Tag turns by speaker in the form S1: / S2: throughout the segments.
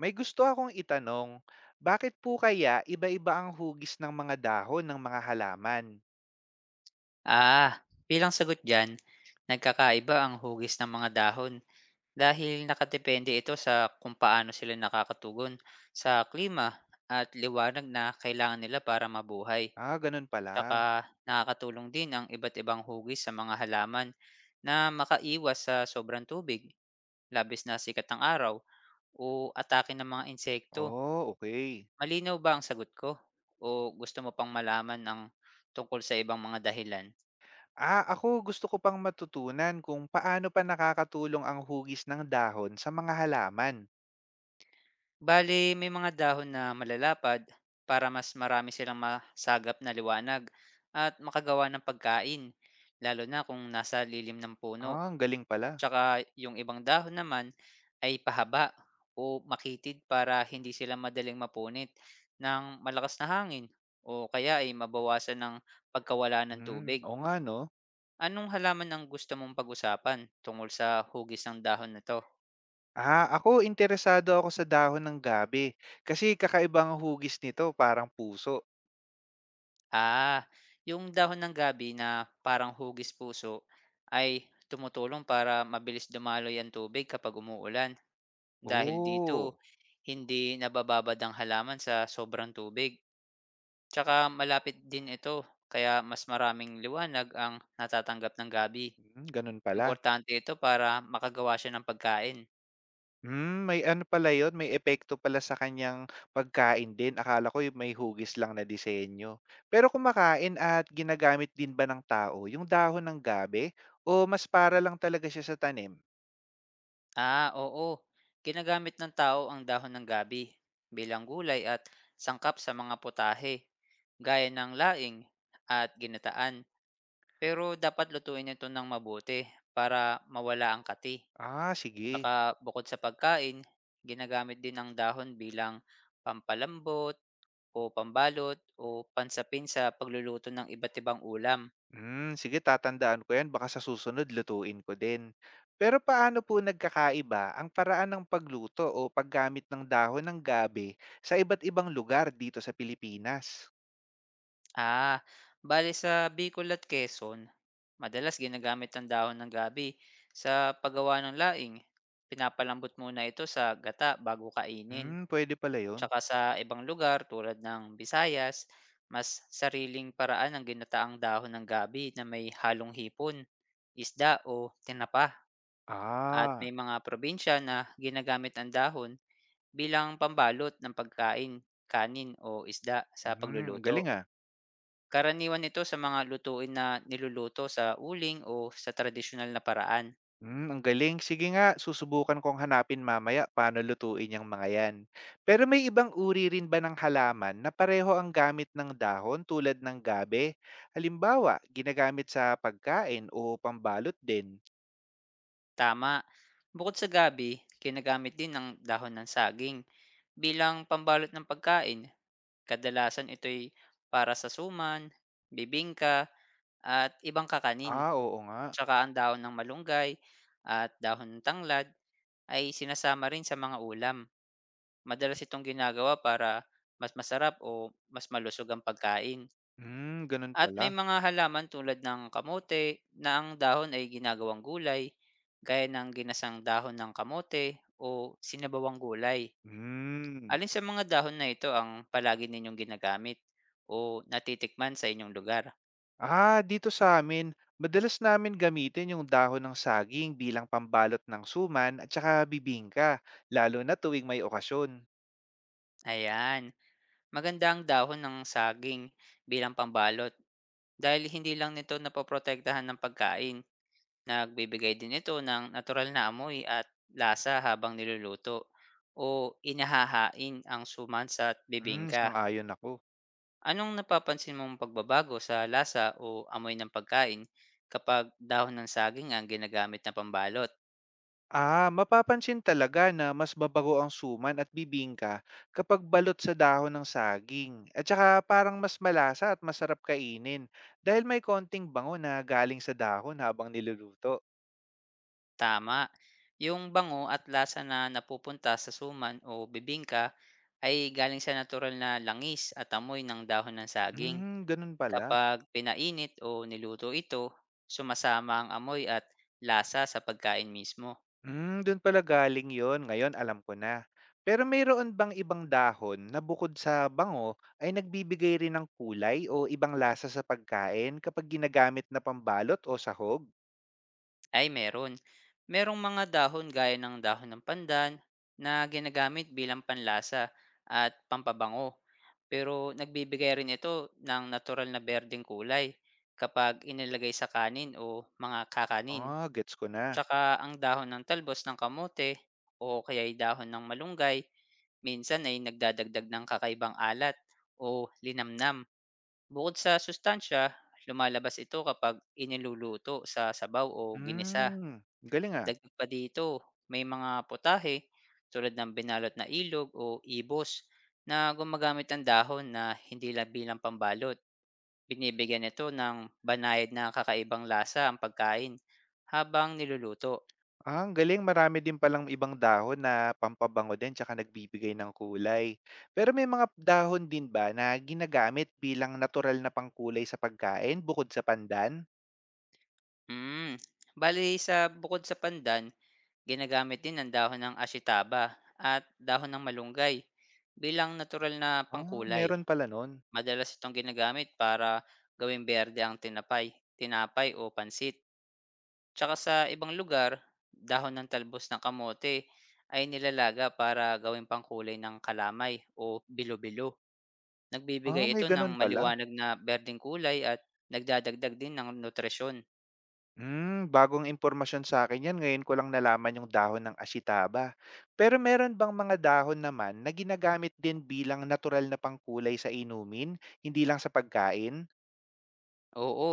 S1: May gusto akong itanong, bakit po kaya iba-iba ang hugis ng mga dahon ng mga halaman?
S2: Ah, bilang sagot dyan, nagkakaiba ang hugis ng mga dahon dahil nakadepende ito sa kung paano sila nakakatugon sa klima at liwanag na kailangan nila para mabuhay.
S1: Ganun pala.
S2: Tsaka nakakatulong din ang iba't ibang hugis sa mga halaman na makaiwas sa sobrang tubig, labis na sikat ng araw, o atake ng mga insekto.
S1: Oh, okay.
S2: Malinaw ba ang sagot ko? O gusto mo pang malaman ang tungkol sa ibang mga dahilan?
S1: Ako, gusto ko pang matutunan kung paano pa nakakatulong ang hugis ng dahon sa mga halaman.
S2: Bale, may mga dahon na malalapad para mas marami silang masagap na liwanag at makagawa ng pagkain, lalo na kung nasa lilim ng puno.
S1: Ang galing pala.
S2: Tsaka yung ibang dahon naman ay pahaba o makitid para hindi sila madaling mapunit ng malakas na hangin o kaya ay mabawasan ng pagkawala ng
S1: Hmm,
S2: tubig.
S1: oo nga no.
S2: Anong halaman ang gusto mong pag-usapan tungkol sa hugis ng dahon na to?
S1: Ako interesado ako sa dahon ng gabi kasi kakaibang hugis nito, parang puso.
S2: Ah, yung dahon ng gabi na parang hugis puso ay tumutulong para mabilis dumaloy ang tubig kapag umuulan. Dahil dito,
S1: Oh,
S2: hindi nabababad ang halaman sa sobrang tubig. Tsaka malapit din ito, kaya mas maraming liwanag ang natatanggap ng gabi.
S1: hmm, ganun pala.
S2: Importante ito para makagawa siya ng pagkain.
S1: Hmm, may ano pala yun, may epekto pala sa kaniyang pagkain din. Akala ko yung may hugis lang na disenyo. Pero kumakain at ginagamit din ba ng tao yung dahon ng gabi o mas para lang talaga siya sa tanim?
S2: Ah, oo. Ginagamit ng tao ang dahon ng gabi bilang gulay at sangkap sa mga putahe, gaya ng laing at ginataan. Pero dapat lutuin ito ng mabuti para mawala ang kati.
S1: Sige.
S2: Baka bukod sa pagkain, ginagamit din ang dahon bilang pampalambot o pambalot o pansapin sa pagluluto ng iba't ibang ulam.
S1: Hmm, sige, tatandaan ko yan. Baka sa susunod lutuin ko din. Pero paano po nagkakaiba ang paraan ng pagluto o paggamit ng dahon ng gabi sa iba't ibang lugar dito sa Pilipinas?
S2: Ah, bale sa Bicol at Quezon, madalas ginagamit ang dahon ng gabi sa paggawa ng laing. Pinapalambot muna ito sa gata bago kainin.
S1: Hmm, pwede pala yun.
S2: Tsaka sa ibang lugar tulad ng Visayas, mas sariling paraan ang ginataang dahon ng gabi na may halong hipon, isda o tinapa. At
S1: Ah,
S2: may mga probinsya na ginagamit ang dahon bilang pambalot ng pagkain, kanin o isda sa
S1: hmm, ang
S2: pagluluto.
S1: galing ah.
S2: Karaniwan ito sa mga lutuin na niluluto sa uling o sa tradisyonal na paraan.
S1: Hmm, ang galing. Sige nga, susubukan kong hanapin mamaya paano lutuin yung mga yan. Pero may ibang uri rin ba ng halaman na pareho ang gamit ng dahon tulad ng gabe? Halimbawa, ginagamit sa pagkain o pambalot din.
S2: Tama. Bukod sa gabi, kinagamit din ang dahon ng saging bilang pambalot ng pagkain. Kadalasan ito'y para sa suman, bibingka, at ibang kakanin.
S1: Oo nga.
S2: Tsaka ang dahon ng malunggay at dahon ng tanglad ay sinasama rin sa mga ulam. Madalas itong ginagawa para mas masarap o mas malusog ang pagkain.
S1: Hmm, ganun
S2: At may
S1: pala.
S2: mga halaman tulad ng kamote na ang dahon ay ginagawang gulay, gaya ng ginasang dahon ng kamote o sinabawang gulay.
S1: Hmm.
S2: Alin sa mga dahon na ito ang palagi ninyong ginagamit o natitikman sa inyong lugar?
S1: Dito sa amin, madalas namin gamitin yung dahon ng saging bilang pambalot ng suman at saka bibingka, lalo na tuwing may okasyon.
S2: Ayan, maganda ang dahon ng saging bilang pambalot dahil hindi lang nito napoprotektahan ng pagkain. Nagbibigay din ito ng natural na amoy at lasa habang niluluto o inahahain ang sumansa at
S1: Hmm,
S2: bibingka.
S1: sang-ayon ako.
S2: Anong napapansin mong pagbabago sa lasa o amoy ng pagkain kapag dahon ng saging ang ginagamit na pambalot?
S1: Mapapansin talaga na mas babago ang suman at bibingka kapag balot sa dahon ng saging. At saka parang mas malasa at masarap kainin dahil may konting bango na galing sa dahon habang niluluto.
S2: Tama, yung bango at lasa na napupunta sa suman o bibingka ay galing sa natural na langis at amoy ng dahon ng saging.
S1: Hmm, ganun pala.
S2: Kapag pinainit o niluto ito, sumasama ang amoy at lasa sa pagkain mismo.
S1: Hmm, doon pala galing yon. Ngayon alam ko na. Pero mayroon bang ibang dahon na bukod sa bango ay nagbibigay rin ng kulay o ibang lasa sa pagkain kapag ginagamit na pambalot o sahog?
S2: Ay meron. Merong mga dahon gaya ng dahon ng pandan na ginagamit bilang panlasa at pampabango. Pero nagbibigay rin ito ng natural na berdeng kulay kapag inilagay sa kanin o mga kakanin.
S1: Gets ko na.
S2: Tsaka ang dahon ng talbos ng kamote o kaya'y dahon ng malunggay minsan ay nagdadagdag ng kakaibang alat o linamnam. Bukod sa sustansiya, lumalabas ito kapag iniluluto sa sabaw o ginisa.
S1: Hmm, galing ah.
S2: Dagdag pa dito, may mga putahe tulad ng binalot na ilog o ibos na gumagamit ang dahon na hindi lang bilang pambalot. Binibigyan ito ng banayad na kakaibang lasa ang pagkain habang niluluto.
S1: Ang galing. Marami din palang ibang dahon na pampabango din tsaka nagbibigay ng kulay. Pero may mga dahon din ba na ginagamit bilang natural na pangkulay sa pagkain bukod sa pandan?
S2: Mm. Bali sa bukod sa pandan, ginagamit din ang dahon ng asitaba at dahon ng malunggay bilang natural na pangkulay.
S1: Meron pala nun.
S2: Madalas itong ginagamit para gawing berde ang tinapay o pansit. Tsaka sa ibang lugar, dahon ng talbos ng kamote ay nilalaga para gawing pangkulay ng kalamay o bilo-bilo. Nagbibigay
S1: May
S2: ito ng
S1: ganun pala.
S2: maliwanag na berdeng kulay at nagdadagdag din ng nutrisyon.
S1: Hmm, bagong impormasyon sa akin yan. Ngayon ko lang nalaman yung dahon ng ashitaba. Pero meron bang mga dahon naman na ginagamit din bilang natural na pangkulay sa inumin, hindi lang sa pagkain?
S2: Oo,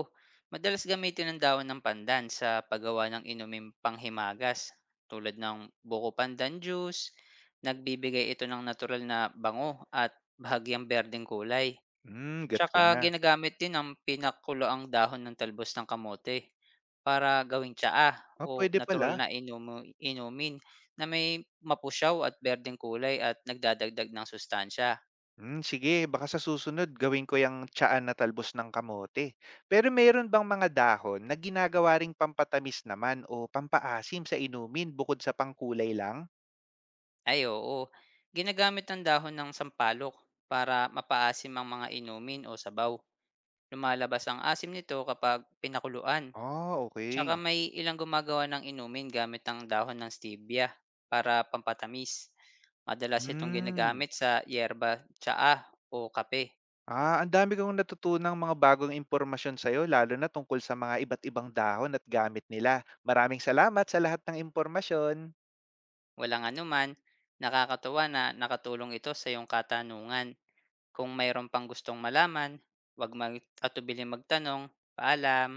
S2: madalas gamitin ang dahon ng pandan sa paggawa ng inuming panghimagas tulad ng buko pandan juice. Nagbibigay ito ng natural na bango at bahagyang berdeng kulay.
S1: Hmm, gets ko
S2: Tsaka
S1: na.
S2: ginagamit din ang pinakuluang dahon ng talbos ng kamote para gawing tsaa o
S1: Pwede
S2: natural
S1: pala.
S2: na inumin na may mapusyaw at berdeng kulay at nagdadagdag ng sustansya.
S1: Hmm, sige, baka sa susunod gawin ko yung tiyaan na talbos ng kamote. Pero meron bang mga dahon na ginagawa ring pampatamis naman o pampaasim sa inumin bukod sa pangkulay lang?
S2: Ay oo, ginagamit ang dahon ng sampalok para mapaasim ang mga inumin o sabaw. Lumalabas ang asim nito kapag pinakuluan. Tsaka
S1: Okay.
S2: may ilang gumagawa ng inumin gamit ang dahon ng stevia para pampatamis. Madalas itong
S1: Hmm.
S2: ginagamit sa yerba tsaa o kape.
S1: Ang dami kong natutunang mga bagong impormasyon sa'yo, lalo na tungkol sa mga iba't ibang dahon at gamit nila. Maraming salamat sa lahat ng impormasyon.
S2: Walang anuman, nakakatuwa na nakatulong ito sa iyong katanungan. Kung mayroon pang gustong malaman, wag mag atubiling magtanong. Paalam!